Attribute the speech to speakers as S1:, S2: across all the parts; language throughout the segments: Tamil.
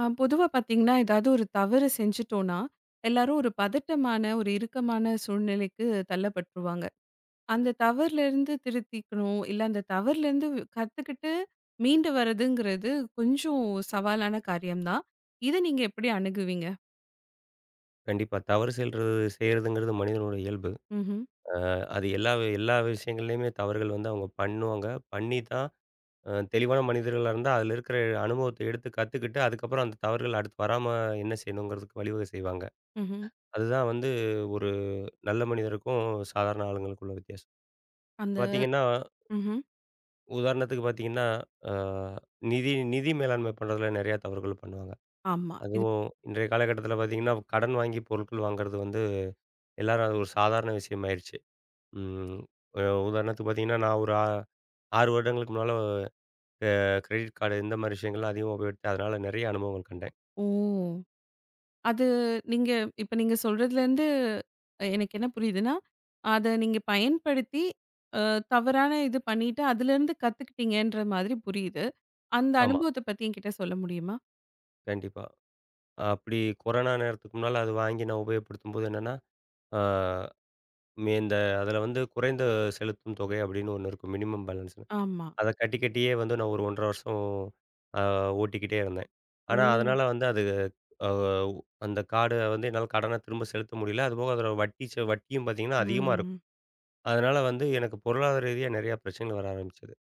S1: பொதுவா பார்த்தீங்கன்னா, ஏதாவது ஒரு தவறு செஞ்சுட்டோம்னா, எல்லாரும் ஒரு பதட்டமான, ஒரு இறுக்கமான சூழ்நிலைக்கு தள்ளப்பட்டுருவாங்க. அந்த தவறுலேருந்து திருத்திக்கணும், இல்ல அந்த தவறுலேருந்து கத்துக்கிட்டு மீண்டு வர்றதுங்கிறது கொஞ்சம் சவாலான காரியம் தான். இத நீங்க எப்படி அணுகுவீங்க?
S2: கண்டிப்பா. தவறு செய்றதுங்கிறது மனிதனோட இயல்பு.
S1: ம்ஹ்ம்,
S2: அது எல்லா எல்லா விஷயங்கள்லயுமே தவறுகள் வந்து அவங்க பண்ணுவாங்க. பண்ணி தான். தெளிவான மனிதர்களா இருந்தா, அதில இருக்கிற அனுபவத்த எடுத்து கத்துக்கிட்டு, அதுக்கப்புறம் அந்த தவறுகள் அடுத்து வராம என்ன செய்யணுங்கிறதுக்கு வழிவகை செய்வாங்க.
S1: ம்ஹ்ம்.
S2: அதுதான் வந்து ஒரு நல்ல மனிதருக்கும், சாதாரண ஆளுங்களுக்கும் உள்ள வித்தியாசம்.
S1: அந்த
S2: பார்த்தீங்கன்னா,
S1: ம்ஹ்ம்.
S2: உதாரணத்துக்கு பார்த்தீங்கன்னா, அ நிதி நிதி மேலாண்மை பண்றதுல நெறையா தவறுகள் பண்ணுவாங்க.
S1: ஆமா.
S2: அதுவும் இன்றைய காலகட்டத்தில பார்த்தீங்கன்னா, கடன் வாங்கி பொருட்கள் வாங்குறது வந்து எல்லாரும் அது ஒரு சாதாரண விஷயமாயிருச்சு. ம். அ உதாரணத்துக்கு பார்த்தீங்கன்னா, நான் ஒரு 6 வருடங்களுக்கு முன்னால கிரெடிட் கார்டு இந்த மாரி விஷயங்கள்லாம் அதிகமா உபயோகித்தேன். அதனால நெறைய அனுபவங்கள் கண்டேன்.
S1: ஓ! அது நீங்க இப்ப நீங்க சொல்றதுலேருந்து எனக்கு என்ன புரியுதுன்னா, அத நீங்க பயன்படுத்தி அ தவறான இது பண்ணிட்டு அதுலேருந்து கத்துக்கிட்டீங்கன்ற மாதிரி புரியுது. அந்த
S2: ஆமா,
S1: அனுபவத்த பத்தி என்கிட்ட சொல்ல முடியுமா?
S2: கண்டிப்பா. அப்படி கொரோனா நேரத்துக்கு முன்னால அது வாங்கி நான் உபயோகப்படுத்தும்போது என்னன்னா, ஆ மே இந்த அதில வந்து குறைந்த செலுத்தும் தொகை அப்படின்னு ஒண்ணு இருக்கும். மினிமம் பேலன்ஸ்ன்னு.
S1: ஆமா.
S2: அத கட்டி கட்டியே வந்து நான் ஒரு 1 1/2 வருஷம் அ ஓட்டிக்கிட்டே இருந்தேன்.
S1: ஓ!
S2: ஆனா, அதனால வந்து அது அ அந்த கார்ட வந்து என்னால கடன திரும்ப செலுத்த முடியல. அதுபோக அதோட வட்டி வட்டியும் பார்த்தீங்கன்னா அதிகமா இருக்கும்.
S1: ம்.
S2: அதனால வந்து எனக்கு பொருளாதார ரீதியா நெறையா பிரச்சனைகள் வர ஆரம்பிச்சது.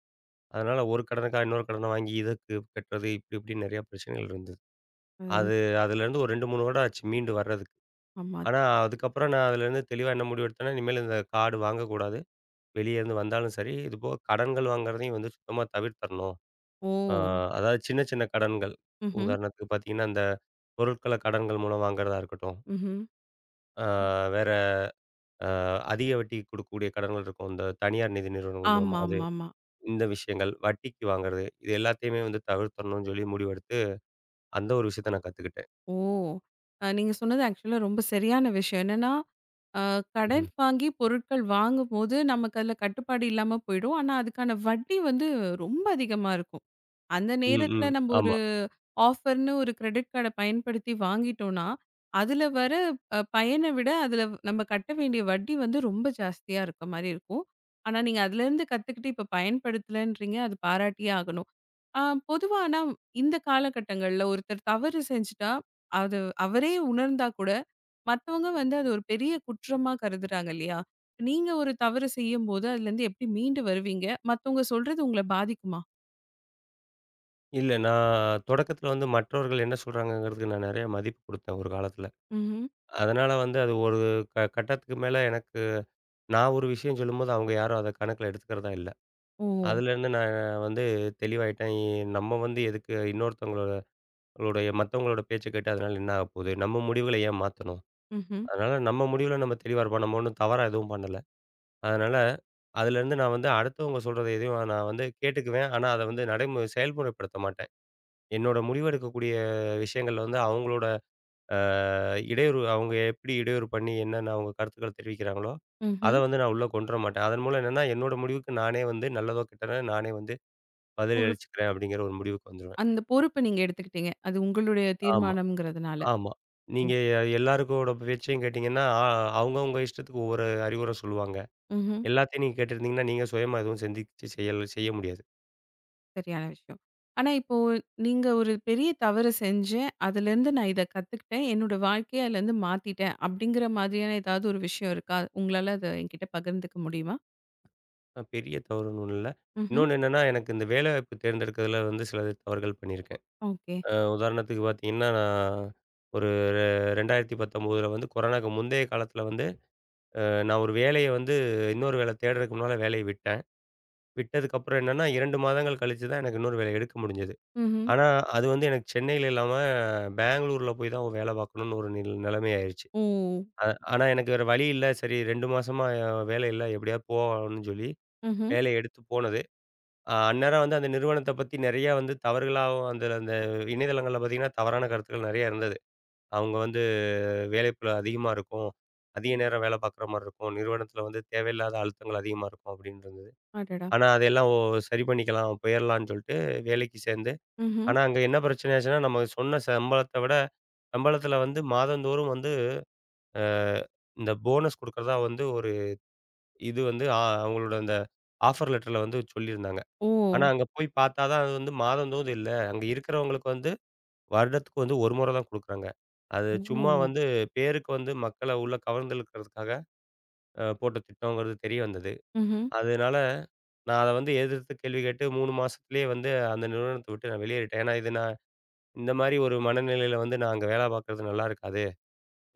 S2: அதனால ஒரு கடனுக்கா இன்னொரு கடன வாங்கி இதற்கு கட்டுறது இப்டி இப்டின்னு நெறையா பிரச்சனைகள் இருந்தது.
S1: ம்.
S2: அது அதுலேருந்து ஒரு 2, 3 வருடம் ஆச்சு மீண்டு வர்றதுக்கு.
S1: ஆமா. அது
S2: ஆனா அதுக்கப்புறம் நான் அதுலேருந்து தெளிவா என்ன முடிவெடுத்தேன்னா, இனிமேல் இந்த கார்டு வாங்கக்கூடாது. வெளிய இருந்து வந்தாலும் சரி, இதுபோக கடன்கள் வாங்குறதையும் வந்து சுத்தமா தவிர்த்தரணும். ஆ
S1: ஓ!
S2: அதாவது சின்ன சின்ன கடன்கள்.
S1: ம்ஹ்ம்.
S2: உதாரணத்துக்கு பார்த்தீங்கன்னா, இந்த பொருட்கள கடன்கள் மூலம் வாங்குறதா இருக்கட்டும்.
S1: ம்ஹ்ம்.
S2: ஆ வேற அ அதிக வட்டி குடுக்கக்கூடிய கடன்கள் இருக்கும். இந்த தனியார் நிதி நிறுவனங்கள் மூலமா.
S1: ஆமாமாமா.
S2: இந்த விஷயங்கள், வட்டிக்கு வாங்குறது, இது எல்லாத்தையுமே வந்து தவிர்த்தரணும்னு சொல்லி முடிவெடுத்து, அந்த ஒரு விஷயத்த நான் கத்துக்கிட்டேன்.
S1: ஓ! நீங்க சொன்னது ஆக்சுவலா ரொம்ப சரியான விஷயம். என்னன்னா ஆ,
S2: ம்ஹ்ம்.
S1: கடன் வாங்கி பொருட்கள் வாங்கும்போது நமக்கு அதில கட்டுப்பாடு இல்லாம போயிடும். ஆனா, அதுக்கான வட்டி வந்து ரொம்ப அதிகமா இருக்கும். அந்த
S2: ம்,
S1: நேரத்தில
S2: ம்.
S1: நம்ம ஒரு
S2: ஆமா.
S1: ஆஃபர்ன்னு ஒரு கிரெடிட் கார்ட பயன்படுத்தி வாங்கிட்டோம்னா, அதில வர பயன விட அதில நம்ம கட்ட வேண்டிய வட்டி வந்து ரொம்ப ஜாஸ்தியா இருக்க மாரி இருக்கும். ஆனா, நீங்க அதுலேருந்து கத்துக்கிட்டு இப்ப பயன்படுத்தலன்றீங்க. அது பாராட்டியே ஆகணும். ஆ ஆனா இந்த காலகட்டங்கள்ல ஒருத்தர் தவறு செஞ்சுட்டா, அது அவரே உணர்ந்தா கூட மத்தவங்க வந்து அது ஒரு பெரிய குற்றமா கருதுறாங்க இல்லையா? நீங்க ஒரு தவறு செய்யும்போது அதுலருந்து எப்படி மீண்டு வருவீங்க? மத்தவங்க சொல்றது உங்கள பாதிக்குமா?
S2: இல்ல, நான் தொடக்கத்தில வந்து மற்றவர்கள் என்ன சொல்றாங்கங்கிறதுக்கு நான் நெறைய மதிப்பு குடுத்தேன் ஒரு காலத்தில.
S1: ம்ஹ்ம்.
S2: அதனால வந்து அது ஒரு கட்டத்துக்கு மேல எனக்கு நான் ஒரு விஷயம் சொல்லும்போது, அவங்க யாரும் அத கணக்கில எடுத்துக்கிறதா இல்ல.
S1: ஓ!
S2: அதுலேருந்து நான் வந்து தெளிவாயிட்டேன். நம்ம வந்து எதுக்கு இன்னொருத்தவங்களோட ளுடைய மத்தவங்களோட பேச்ச கேட்டு அதனால என்ன ஆகப்போகுது? நம்ம முடிவுகள ஏன் மாத்தணும்?
S1: ம்ஹ்ம்.
S2: அதனால நம்ம முடிவுல நம்ம தெளிவா இருப்போம். நம்ம ஒண்ணும் தவறா எதுவும் பண்ணல. அதனால, அதுலேருந்து நான் வந்து அடுத்தவங்க சொல்றத எதையும் நான் வந்து கேட்டுக்குவேன். ஆனா, அத வந்து செயல்முறைப்படுத்த மாட்டேன். என்னோட முடிவெடுக்கக்கூடிய விஷயங்கள்ல வந்து அவங்களோட அ இடையூறு அவங்க எப்படி இடையூறு பண்ணி என்னென்ன அவங்க கருத்துக்கள தெரிவிக்கிறாங்களோ, அத
S1: ம்ஹ்ம்.
S2: வந்து நான் உள்ள கொண்டு வர மாட்டேன். அதன் மூலம் என்னன்னா, என்னோட முடிவுக்கு நானே வந்து நல்லதோ, கெட்டதோ நானே வந்து பதில்
S1: ஒரு
S2: அளிச்சுக்கிறேன் அப்படிங்கிற ஒரு முடிவுக்கு வந்துருவேன்.
S1: அந்த பொறுப்ப நீங்க எடுத்துக்கிட்டீங்க. அது உங்களுடைய
S2: ஆமா,
S1: தீர்மானம்ங்கிறதுனால.
S2: ஆமா.
S1: ஓ!
S2: நீங்க எல்லாருக்கோட பேச்சையும் கேட்டீங்கன்னா, அவங்கவங்க இஷ்டத்துக்கு ஒவ்வொரு அறிவுரை சொல்லுவாங்க.
S1: ம்ஹ்ம்.
S2: எல்லாத்தையும் நீங்க கேட்டுருந்தீங்கன்னா, நீங்க சுயமா எதுவும் சிந்திச்சு செயல் செய்ய முடியாது.
S1: சரியான விஷயம். ஆனா இப்போ நீங்க ஒரு பெரிய தவறு செஞ்சேன். அதுலருந்து நான் இத கத்துக்கிட்டேன். என்னோட வாழ்க்கைய அதுலருந்து மாத்திட்டேன். அப்படிங்கிற மாதிரியான ஏதாவது ஒரு விஷயம் இருக்கா? உங்களால அத என்கிட்ட பகிர்ந்துக்க முடியுமா?
S2: பெரிய தவறுன்னு ஒண்ணும் இல்ல.
S1: ம்ஹ்ம்.
S2: இன்னொன்னு என்னன்னா, எனக்கு இந்த வேலைவாய்ப்பு தேர்ந்தெடுக்கிறதுல வந்து சில தவறுகள் பண்ணியிருக்கேன்.
S1: ஓகே.
S2: உதாரணத்துக்கு பார்த்தீங்கன்னா, நான் ஒரு ரெ 2019ல வந்து கொரோனாக்கு முந்தைய காலத்தில வந்து, நான் ஒரு வேலைய வந்து இன்னொரு வேலை தேடுறதுக்கு முன்னால வேலைய விட்டேன். விட்டதுக்கப்புறம் என்னன்னா, 2 மாதங்கள் கழிச்சு தான் எனக்கு இன்னொரு வேலை எடுக்க முடிஞ்சது.
S1: ம்ஹ்ம்.
S2: ஆனா, அது வந்து எனக்கு சென்னையில இல்லாம பெங்களூர்ல போய் தான் வேலை பார்க்கணும்னு ஒரு நிலைமை ஆயிருச்சு.
S1: ஓ!
S2: அ ஆனா எனக்கு வேற வழி இல்ல. சரி 2 மாசமா வேலை இல்ல. எப்படியாவது போகணும்னு சொல்லி
S1: ம்ஹ்ம்.
S2: வேலைய எடுத்து போனது. அந்நேரம் வந்து அந்த நிறுவனத்த பத்தி நெறையா வந்து தவறுகளாவும் அந்த அந்த இணையதளங்கள்ல பார்த்தீங்கன்னா, தவறான கருத்துக்கள் நெறையா இருந்தது. அவங்க வந்து வேலைப்பளு அதிகமா இருக்கும். அதிக நேரம் வேலை பார்க்குற மாரி இருக்கும். நிறுவனத்தில வந்து தேவையில்லாத அழுத்தங்கள் அதிகமா இருக்கும் அப்படின்னு இருந்தது.
S1: அடடா!
S2: ஆனா, அதையெல்லாம் சரி பண்ணிக்கலாம், போயிரலான்னு சொல்லிட்டு வேலைக்கு சேர்ந்து.
S1: ம்ஹ்ம்.
S2: ஆனா, அங்க என்ன பிரச்சனை ஆச்சுன்னா, நம்ம சொன்ன சம்பளத்த விட சம்பளத்தில வந்து மாதந்தோறும் வந்து அ இந்த போனஸ் குடுக்கறதா வந்து ஒரு இது வந்து அ அவங்களோட அந்த ஆஃபர் லெட்டர்ல வந்து சொல்லியிருந்தாங்க.
S1: ஓ!
S2: ஆனா, அங்க போய் பார்த்தா தான் அது வந்து மாதந்தோறும் இல்ல. அங்க இருக்கிறவங்களுக்கு வந்து வருடத்துக்கு வந்து 1 முறை தான் குடுக்குறாங்க. அது சும்மா
S1: ஓ!
S2: வந்து பேருக்கு வந்து மக்கள உள்ள கவர்ந்து இழுக்கிறதுக்காக போட்ட திட்டங்கிறது தெரிய வந்தது.
S1: ம்ஹ்ம்.
S2: அதனால நான் அத வந்து எதிர்த்து கேள்வி கேட்டு 3 மாசத்திலேயே வந்து அந்த நிறுவனத்த விட்டு நான் வெளியேறிட்டேன். ஏன்னா, இது நான் இந்த மாரி ஒரு மனநிலையில வந்து நான் அங்க வேலை பார்க்கிறது நல்லா இருக்காது.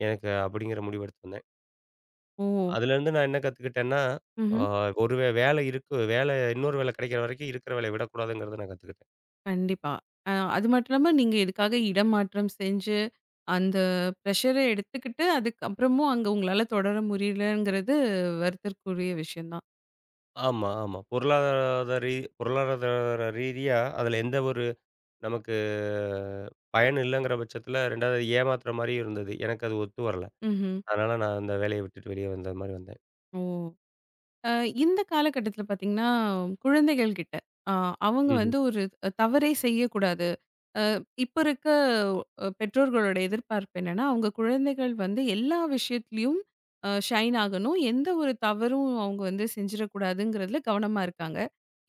S2: எனக்கு அப்படிங்கிற முடிவு எடுத்து வந்தேன்.
S1: ஓ!
S2: அதுலேருந்து நான் என்ன கத்துக்கிட்டேன்னா, ஆ
S1: ம்ஹ்ம்.
S2: ஒரு வே வேலை இருக்கு வேலை இன்னொரு வேலை கிடைக்கிற வரைக்கும் இருக்கிற வேலைய விடக்கூடாதுங்கிறத நான் கத்துக்கிட்டேன்.
S1: கண்டிப்பா. அது மட்டும் இல்லாம நீங்க இதுக்காக இடம் மாற்றம் செஞ்சு, அந்த ப்ரஷர எடுத்துக்கிட்டு, அதுக்கப்புறமும் அங்க உங்களால தொடர முடியலங்கிறது வருத்தற்குரிய விஷயம் தான்.
S2: ஆமா, ஆமா. பொருளாதார ரீதியா அதில எந்த ஒரு நமக்கு பயன் இல்லங்கிற பட்சத்தில 2வது ஏமாத்துற மாரியும் இருந்தது. எனக்கு அது ஒத்து வரல.
S1: ம்ஹ்ம்.
S2: அதனால நான் அந்த வேலைய விட்டுட்டு வெளிய வந்த மாரி வந்தேன்.
S1: ஓ! அ இந்த காலகட்டத்தில பார்த்தீங்கன்னா, குழந்தைகள் கிட்ட, அ அவங்க
S2: ம்ஹ்ம்.
S1: வந்து ஒரு தவறே செய்யக்கூடாது. இப்ப இருக்க பெற்றோர்களோட எதிர்பார்ப்பு என்னன்னா, அவங்க குழந்தைகள் வந்து எல்லா விஷயத்திலயும் ஷைன் ஆகணும். எந்த ஒரு தவறும் அவங்க வந்து செஞ்சிடக்கூடாதுங்கிறதுல கவனமா இருக்காங்க.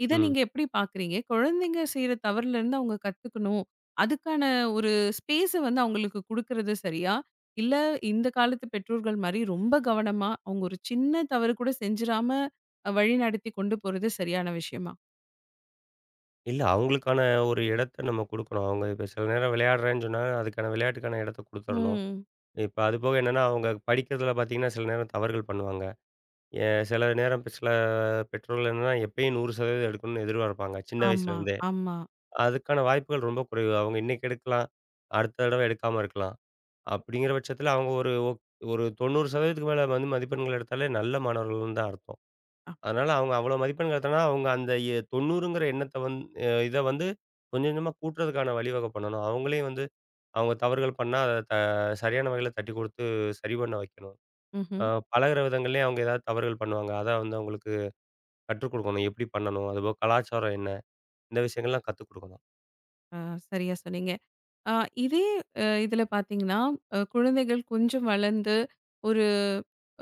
S1: இத
S2: ம்.
S1: நீங்க எப்படி பார்க்குறீங்க? குழந்தைங்க செய்ற தவறுலருந்து அவங்க கத்துக்கணும். அதுக்கான ஒரு ஸ்பேஸ வந்து அவங்களுக்கு குடுக்குறது சரியா? இல்ல இந்த காலத்து பெற்றோர்கள் மாரி ரொம்ப கவனமா, அவங்க ஒரு சின்ன தவறு கூட செஞ்சிராம வழிநடத்தி கொண்டு போறது சரியான விஷயமா?
S2: இல்ல, அவங்களுக்கான ஒரு இடத்த நம்ம குடுக்கணும். அவங்க இப்ப சில நேரம் விளையாடுறேன்னு சொன்னா, அதுக்கான விளையாட்டுக்கான இடத்த குடுத்துரணும்.
S1: ம்.
S2: இப்ப அது போக என்னன்னா, அவங்க படிக்கிறதில பார்த்தீங்கன்னா, சில நேரம் தவறுகள் பண்ணுவாங்க. எ சில நேரம் இப்ப சில பெற்றோர்கள் என்னன்னா, எப்பயும் 100% எடுக்கணும்னு எதிர்பார்ப்பாங்க. சின்ன வயசுல
S1: ஆமா, ஆமா.
S2: அதுக்கான வாய்ப்புகள் ரொம்ப குறைவு. அவங்க இன்னைக்கு எடுக்கலாம். அடுத்த தடவ எடுக்காம இருக்கலாம். அப்படிங்கிற பட்சத்தில அவங்க ஒரு 90% மேல வந்து மதிப்பெண்கள் எடுத்தாலே நல்ல மாணவர்கள்ன்னு தான் அர்த்தம்.
S1: அ.
S2: அதனால அவங்க அவ்வளோ மதிப்பெண்கள் எடுத்தாங்கன்னா, அவங்க அந்த 90ங்கிற எண்ணத்த வந்து இத வந்து கொஞ்சம் கொஞ்சமா கூட்டுறதுக்கான வழிவகை பண்ணணும். அவங்களையும் வந்து அவங்க தவறுகள் பண்ணா, அத த சரியான வகையில தட்டிக் குடுத்து சரி பண்ண வைக்கணும். அ
S1: ம்ஹ்ம்.
S2: பழகுற விதங்கள்லயும் அவங்க ஏதாவது தவறுகள் பண்ணுவாங்க. அத வந்து அவங்களுக்கு கற்றுக் குடுக்கணும். எப்படி பண்ணணும்? அதுபோக கலாச்சாரம் என்ன? இந்த விஷயங்கள்லாம் கத்துக் குடுக்கணும்.
S1: ஆ, சரியா சொன்னீங்க. ஆ இதே இதில பார்த்தீங்கன்னா, குழந்தைகள் கொஞ்சம் வளர்ந்து, ஒரு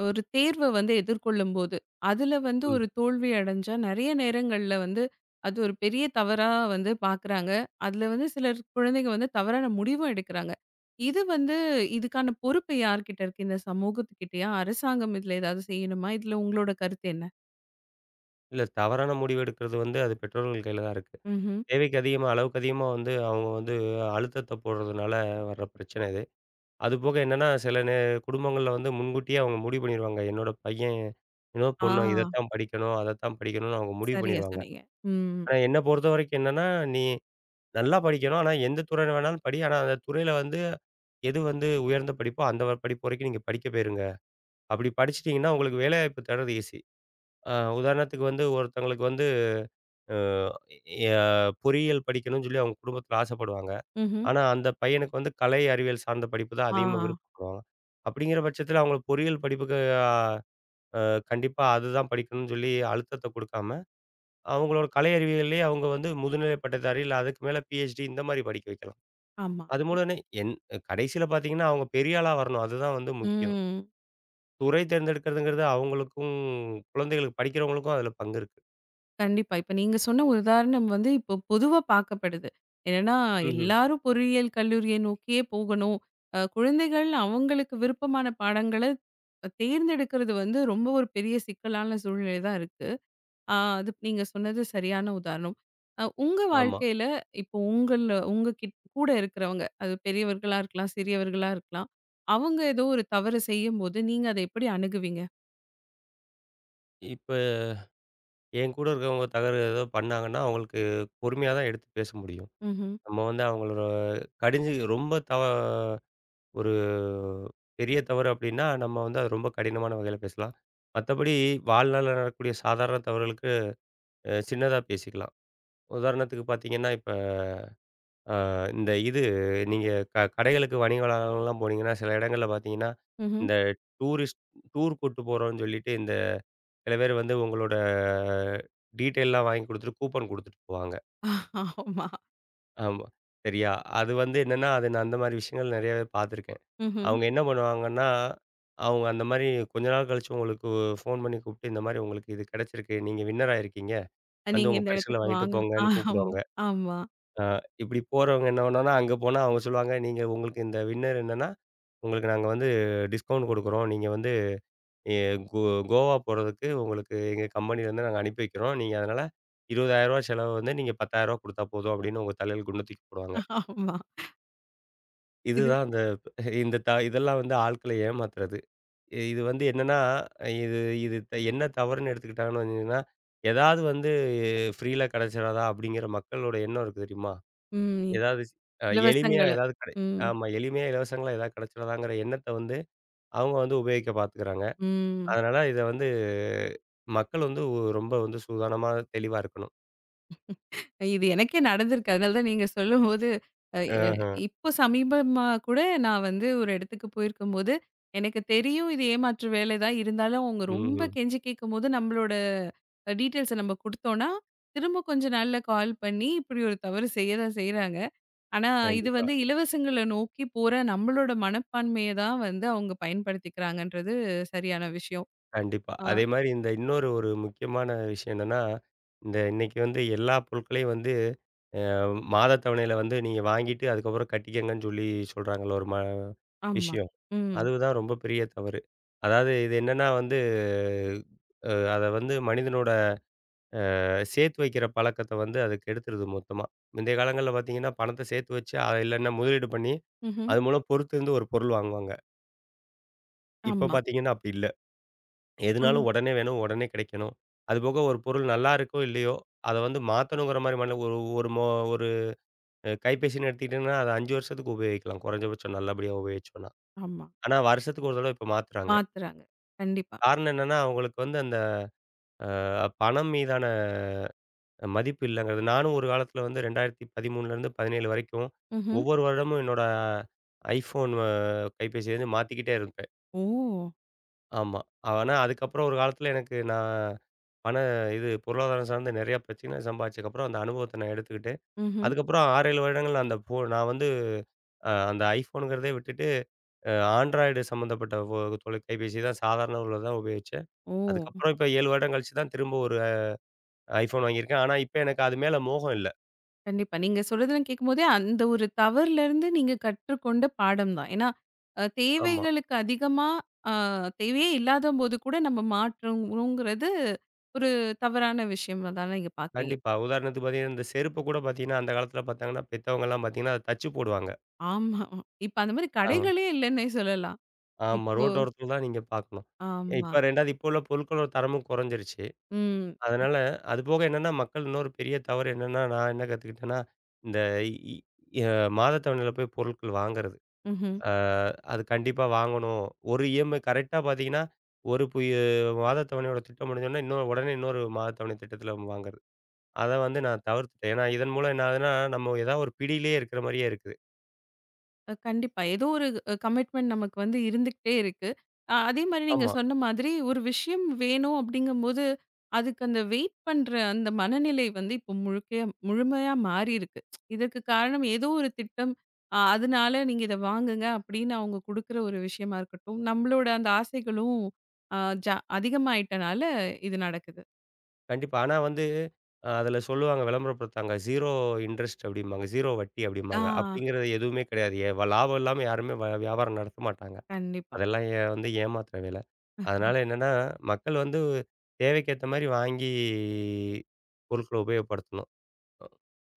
S1: ஒரு தேர்வ வந்து எதிர்கொள்ளும்போது, அதில வந்து
S2: ம்.
S1: ஒரு தோல்வி அடைஞ்சா, நெறைய நேரங்கள்ல வந்து, அது ஒரு பெரிய தவறா வந்து பார்க்குறாங்க. அதில வந்து சிலர் குழந்தைங்க வந்து தவறான முடிவும் எடுக்குறாங்க. இது வந்து இதுக்கான பொறுப்பு யார்கிட்ட இருக்கு? இந்த சமூகத்துக்கிட்டயா? அரசாங்கம் இதில ஏதாவது செய்யணுமா? இதில உங்களோட கருத்து என்ன?
S2: இல்ல. தவறான முடிவு எடுக்கிறது வந்து அது பெற்றோர்கள் கையில தான் இருக்கு.
S1: ம்ஹ்ம்.
S2: தேவைக்கு அதிகமா, அளவுக்கு அதிகமா வந்து அவங்க வந்து அழுத்தத்த போடுறதுனால வர்ற பிரச்சனை இது. அதுபோக என்னன்னா, சில நே குடும்பங்கள்ல வந்து முன்கூட்டியே அவங்க முடிவு பண்ணிருவாங்க. என்னோட பையன், என்னோட
S1: ஆ.
S2: பொண்ணு இதத்தான் படிக்கணும், அதத்தான் படிக்கணும்னு அவங்க முடிவு
S1: சரியா
S2: பண்ணிருவாங்க.
S1: சொன்னீங்க. ம்.
S2: ஆனா என்ன பொறுத்தவரைக்கும் என்னன்னா, நீ நல்லா படிக்கணும். ஆனா எந்த துறை வேணாலும் படி. ஆனா அந்த துறையில வந்து எது வந்து உயர்ந்த படிப்போ அந்த படிப்பு வரைக்கும் நீங்க படிக்க போயிருங்க. அப்படி படிச்சுட்டீங்கன்னா உங்களுக்கு வேலைவாய்ப்பு தேடுறது ஈஸி. அ உதாரணத்துக்கு வந்து ஒருத்தங்களுக்கு வந்து எ அ பொறியியல் படிக்கணும்னு சொல்லி அவங்க குடும்பத்தில ஆசைப்படுவாங்க.
S1: ம்ஹ்ம்.
S2: ஆனா, அந்த பையனுக்கு வந்து கலை அறிவியல் சார்ந்த படிப்பு தான்
S1: ஆ.
S2: அதிகமா விருப்பப்படுவாங்க. அப்படிங்கிற பட்சத்தில அவங்க பொறியியல் படிப்புக்கு அ அ கண்டிப்பா அதுதான் படிக்கணும்னு சொல்லி அழுத்தத்த குடுக்காம, அவங்களோட கலை அறிவியல்லயே அவங்க வந்து முதுநிலை பட்டதாரி இல்ல அதுக்கு மேல பிஹெச்டி இந்த மாரி படிக்க வைக்கலாம்.
S1: ஆமா.
S2: அது மூலனே என் கடைசியில பார்த்தீங்கன்னா, அவங்க பெரிய ஆளா வரணும். அதுதான் வந்து முக்கியம்.
S1: ம்.
S2: துறை தேர்ந்தெடுக்கிறதுங்கிறது அவங்களுக்கும், குழந்தைகளுக்கு படிக்கிறவங்களுக்கும் அதில பங்கு இருக்கு.
S1: கண்டிப்பா. இப்ப நீங்க சொன்ன உதாரணம் வந்து இப்போ பொதுவா பார்க்கப்படுது. என்னன்னா,
S2: ம்ஹ்ம்.
S1: எல்லாரும் பொறியியல் கல்லூரியை நோக்கியே போகணும். குழந்தைகள் அவங்களுக்கு விருப்பமான பாடங்கள தேர்ந்தெடுக்கிறது வந்து ரொம்ப ஒரு பெரிய சிக்கலான சூழ்நிலை தான் இருக்கு. அது நீங்க சொன்னது சரியான உதாரணம். உங்க
S2: ஆமா.
S1: வாழ்க்கையில இப்போ உங்க கூட இருக்கிறவங்க, அது பெரியவர்களா இருக்கலாம், சிறியவர்களா இருக்கலாம். அவங்க ஏதோ ஒரு தவறு செய்யும்போது, நீங்க அத எப்படி அணுகுவீங்க?
S2: இப்ப என் கூட இருக்கவங்க தவறு ஏதோ பண்ணாங்கன்னா, அவங்களுக்கு பொறுமையா தான் எடுத்து பேச முடியும்.
S1: ம்ஹ்ம்.
S2: நம்ம வந்து அவங்களோட கடிஞ்சு ரொம்ப தவ ஒரு பெரிய தவறு அப்டின்னா, நம்ம வந்து அது ரொம்ப கடினமான வகையில பேசலாம். மத்தபடி வாழ்நாள்ல நடக்கக்கூடிய சாதாரண தவறுகளுக்கு சின்னதா பேசிக்கலாம். உதாரணத்துக்கு பார்த்தீங்கன்னா, இப்ப அ இந்த இது நீங்க கடைகளுக்கு வணிக வளாகங்கள்லாம் போனீங்கன்னா, சில இடங்கள்ல பார்த்தீங்கன்னா,
S1: ம்ஹ்ம்.
S2: இந்த டூரிஸ்ட் டூர் கூட்டு போறோம்னு சொல்லிட்டு, இந்த சில பேர் வந்து உங்களோட டீட்டெயில்லாம் வாங்கி குடுத்துட்டு, கூப்பன் குடுத்துட்டு போவாங்க.
S1: ஆமா.
S2: ஆமா. சரியா. அது வந்து என்னன்னா, அது நான் அந்த மாரி விஷயங்கள் நெறையாவே பார்த்துருக்கேன்.
S1: ம்ஹ்ம்.
S2: அவங்க என்ன பண்ணுவாங்கன்னா, அவங்க அந்த மாரி கொஞ்ச நாள் கழிச்சு உங்களுக்கு ஃபோன் பண்ணி கூப்ட்டு, இந்த மாரி உங்களுக்கு இது கிடைச்சிருக்கு. நீங்க வின்னர் ஆயிருக்கீங்க. வந்து
S1: நீங்க
S2: உங்க
S1: இந்த
S2: பரிசுகள
S1: இடத்துக்கு
S2: வாங்கிட்டு
S1: வாங்க.
S2: போங்கன்னு
S1: ஆமா,
S2: கூப்பிடுவாங்க.
S1: ஆமா,
S2: அ இப்டி போறவங்க என்ன பண்ணுவாங்கன்னா, அங்க போனா அவங்க சொல்லுவாங்க, "நீங்க உங்களுக்கு இந்த வின்னர் என்னன்னா, உங்களுக்கு நாங்க வந்து டிஸ்கவுண்ட் குடுக்குறோம். நீங்க வந்து எ கோ கோவா போறதுக்கு உங்களுக்கு எங்க கம்பெனிலேருந்து நாங்க அனுப்பி வைக்கிறோம். நீங்க அதனால ரூ. 20,000 செலவு வந்து நீங்க ரூ. 10,000 குடுத்தா போதும்" அப்டின்னு உங்க தலையில குண்ட தூக்கி போடுவாங்க.
S1: ஆமா. இது
S2: இதுதான் அந்த. இந்த த இதெல்லாம் வந்து ஆட்கள ஏமாத்துறது. இது வந்து என்னன்னா, இது இது த- என்ன தவறுன்னு எடுத்துக்கிட்டாங்கன்னு வந்தீங்கன்னா, ஏதாவது வந்து ஃப்ரீல கிடைச்சிராதா அப்படிங்கிற மக்களோட எண்ணம் இருக்கு தெரியுமா?
S1: ம்.
S2: ஏதாவது அ எளிமையா
S1: இலவசங்கள.
S2: ஏதாவது கிடை
S1: ம்,
S2: ஆமா. எளிமையா இலவசங்களா ஏதாவது கிடைச்சிராதாங்கிற எண்ணத்த வந்து அவங்க வந்து உபயோகிக்க பார்த்துக்கிறாங்க.
S1: ம்.
S2: அதனால இத வந்து மக்கள் வந்து ரொம்ப வந்து சூதானமா, தெளிவா இருக்கணும்.
S1: இது எனக்கே நடந்திருக்கு. அதனால தான் நீங்க சொல்லும்போது, அ எ
S2: ஆஹ.
S1: இப்போ சமீபமா கூட நான் வந்து ஒரு இடத்துக்கு போயிருக்கும்போது, எனக்கு தெரியும் இது ஏமாற்று வேலை தான். இருந்தாலும் அவங்க ரொம்ப
S2: ம்ஹ்ம்.
S1: கெஞ்சி கேட்கும்போது, நம்மளோட டீட்டெயில்ஸ நம்ம குடுத்தோம்னா, திரும்ப கொஞ்ச நாள்ல கால் பண்ணி, இப்படி ஒரு தவறு செய்ய தான் செய்றாங்க. ஆனா, இது
S2: கண்டிப்பா.
S1: வந்து இலவசங்கள நோக்கி போற நம்மளோட மனப்பான்மைய தான் வந்து அவங்க பயன்படுத்திக்கிறாங்கன்றது சரியான விஷயம்.
S2: கண்டிப்பா.
S1: ஆ
S2: அதேமாரி இந்த இன்னொரு ஒரு முக்கியமான விஷயம் என்னன்னா, இந்த இன்னைக்கு வந்து எல்லா பொருட்களையும் வந்து அ மாத தவணையில வந்து நீங்க வாங்கிட்டு, அதுக்கப்புறம் கட்டிக்கங்கன்னு சொல்லி சொல்றாங்கல்ல ஒரு ம
S1: ஆமா.
S2: விஷயம்.
S1: ம்.
S2: அதுதான் ரொம்ப பெரிய தவறு. அதாவது இது என்னன்னா வந்து, அத வந்து மனிதனோட சேர்த்து வைக்கிற பழக்கத்த வந்து அது கெடுத்துருது மொத்தமா. முந்தைய காலங்கள்ல பார்த்தீங்கன்னா, பணத்த சேர்த்து வச்சு, இல்லன்னா முதலீடு பண்ணி,
S1: ம்ஹ்ம்.
S2: அது மூலம் பொறுத்திருந்து ஒரு பொருள் வாங்குவாங்க. இப்ப
S1: ஆமா.
S2: பார்த்தீங்கன்னா, அப்படி இல்ல.
S1: உண்
S2: எதுனாலும் உடனே வேணும், உடனே கிடைக்கணும். அதுபோக ஒரு பொருள் நல்லா இருக்கோ! இல்லையோ! அத வந்து மாத்தணுங்கிற மாரி மன ஒரு ஒரு மொ ஒரு கைபேசின்னு எடுத்துக்கிட்டீங்கன்னா, அது 5 வருஷத்துக்கு உபயோகிக்கலாம். குறைஞ்சபட்சம் நல்லபடியா உபயோகிச்சோம்ன்னா.
S1: ஆமா.
S2: ஆனா, வருஷத்துக்கு ஒரு தடவ இப்ப மாத்துறாங்க.
S1: மாத்துறாங்க. கண்டிப்பா.
S2: காரணம் என்னன்னா, அவங்களுக்கு வந்து அந்த பணம் மீதான மதிப்பு இல்லங்கிறது. நானும் ஒரு காலத்தில வந்து 2013லருந்து 17 வரைக்கும்
S1: ம்ஹ்ம்.
S2: ஒவ்வொரு வருடமும் என்னோட iPhone கைபேசிய வந்து மாத்திக்கிட்டே இருப்பேன்.
S1: ஓ!
S2: ஆமா. ஆனா அதுக்கப்புறம் ஒரு காலத்தில எனக்கு நான் பண இது பொருளாதாரம் சார்ந்த நெறைய பிரச்சனை சம்பாதிச்சதுக்கப்புறம் அந்த அனுபவத்த நான் எடுத்துக்கிட்டு,
S1: ம்ஹ்ம்.
S2: அதுக்கப்புறம் 6, 7 வருடங்கள் அந்த ஃபோ நான் வந்து அந்த ஐஃபோனுங்கிறதே விட்டுட்டு அ Android சம்மந்தப்பட்ட தொலைகைபேசி தான் சாதாரண உள்ளத தான் உபயோகிச்சேன்.
S1: ஓ!
S2: அதுக்கப்புறம் இப்ப 7 வருடம் கழிச்சு தான் திரும்ப ஒரு ஐஃபோன் வாங்கியிருக்கேன். ஆனா இப்ப எனக்கு அது மேல மோகம் இல்ல.
S1: கண்டிப்பா. நீங்க சொல்றதெல்லாம் கேட்கும்போதே, அந்த ஒரு தவறுலருந்து நீங்க கற்றுக்கொண்ட பாடம் தான். ஏன்னா,
S2: ஆமா.
S1: தேவைகளுக்கு அதிகமா அ தேவையே இல்லாதபோது கூட நம்ம மாற்றணுங்கிறது ஒரு தவறான விஷயமா தானே நீங்க பார்க்குறீங்க.
S2: கண்டிப்பா. உதாரணத்துக்கு பார்த்தீங்கன்னா, இந்த செருப்பு கூட பார்த்தீங்கன்னா, அந்த காலத்தில பார்த்தாங்கன்னா, பெத்தவங்கலாம் பார்த்தீங்கன்னா, அத தச்சு போடுவாங்க.
S1: ஆமா. இப்ப அந்த மாரி
S2: ஆ.
S1: கடைகளே இல்லன்னே சொல்லலாம்.
S2: ஆமா.
S1: இப்போ
S2: ரோட்டோரத்தில தான் நீங்க பார்க்கணும்.
S1: ஆமா.
S2: இப்ப 2வது இப்போ உள்ள பொருட்களோட தரமும் குறைஞ்சிருச்சு.
S1: ம்.
S2: அதனால அதுபோக என்னன்னா, மக்கள் இன்னொரு பெரிய தவறு என்னன்னா, நான் என்ன கத்துக்கிட்டேன்னா, இந்த இ அ மாதத்தவணையில போய் பொருட்கள் வாங்குறது.
S1: ம்ஹ்ம்.
S2: அ அது கண்டிப்பா வாங்கணும். ஒரு இஎம்ஐ கரெக்ட்டா பார்த்தீங்கன்னா, ஒரு புய மாதத்தவணையோட திட்டம் முடிஞ்சோனே, இன்னொரு உடனே இன்னொரு மாதத்தவணை திட்டத்தில வாங்குறது. அத வந்து நான் தவிர்த்துட்டேன். ஏன்னா இதன் மூலம் என்ன ஆகுதுன்னா, நம்ம ஏதாவது ஒரு பிடியிலேயே இருக்கிற மாரியே இருக்குது.
S1: கண்டிப்பா. ஏதோ ஒரு கமிட்மெண்ட் நமக்கு வந்து இருந்துகிட்டே இருக்கு. அதே மாரி நீங்க
S2: ஆமா.
S1: சொன்ன மாதிரி ஒரு விஷயம் வேணும் அப்படிங்கும்போது, அதுக்கு அந்த வெயிட் பண்ற அந்த மனநிலை வந்து இப்போ முழுமையா மாறியிருக்கு. இதற்கு காரணம் ஏதோ ஒரு திட்டம். அதனால நீங்க இத வாங்குங்க அப்படின்னு அவங்க குடுக்குற ஒரு விஷயமா இருக்கட்டும். நம்மளோட அந்த ஆசைகளும் அ அதிகமாயிட்டனால இது நடக்குது.
S2: கண்டிப்பா. ஆனா வந்து, அதுல சொல்லுவாங்க விளம்பரப்படுத்தாங்க. 0 இன்ட்ரெஸ்ட் அப்படிம்பாங்க. 0 வட்டி
S1: ஆ.
S2: அப்படிம்பாங்க. அப்படிங்கிறது எதுவுமே கிடையாது. எ வ லாபம் இல்லாம யாருமே வியாபாரம் நடத்த மாட்டாங்க.
S1: கண்டிப்பா.
S2: அதெல்லாம் வந்து ஏமாத்துற வேலை. அதனால என்னன்னா, மக்கள் வந்து தேவைக்கேத்த மாரி வாங்கி பொருட்கள உபயோகப்படுத்தணும்.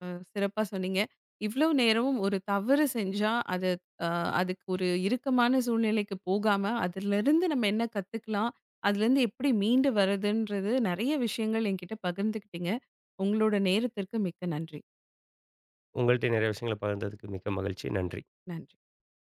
S1: அ சிறப்பா சொன்னீங்க. இவ்ளோ நேரமும் ஒரு தவறு செஞ்சா, அது அ அதுக்கு ஒரு இறுக்கமான சூழ்நிலைக்கு போகாம, அதிலிருந்து நம்ம என்ன கத்துக்கலாம்? அதுலேருந்து எப்படி மீண்டு வரதுன்றது நெறைய விஷயங்கள் என்கிட்ட பகிர்ந்துக்கிட்டீங்க. உங்களோட நேரத்திற்கு மிக்க நன்றி.
S2: உங்கள்ட்ட நிறைய விஷயங்கள பகிர்ந்ததுக்கு மிக்க மகிழ்ச்சி. நன்றி.
S1: நன்றி.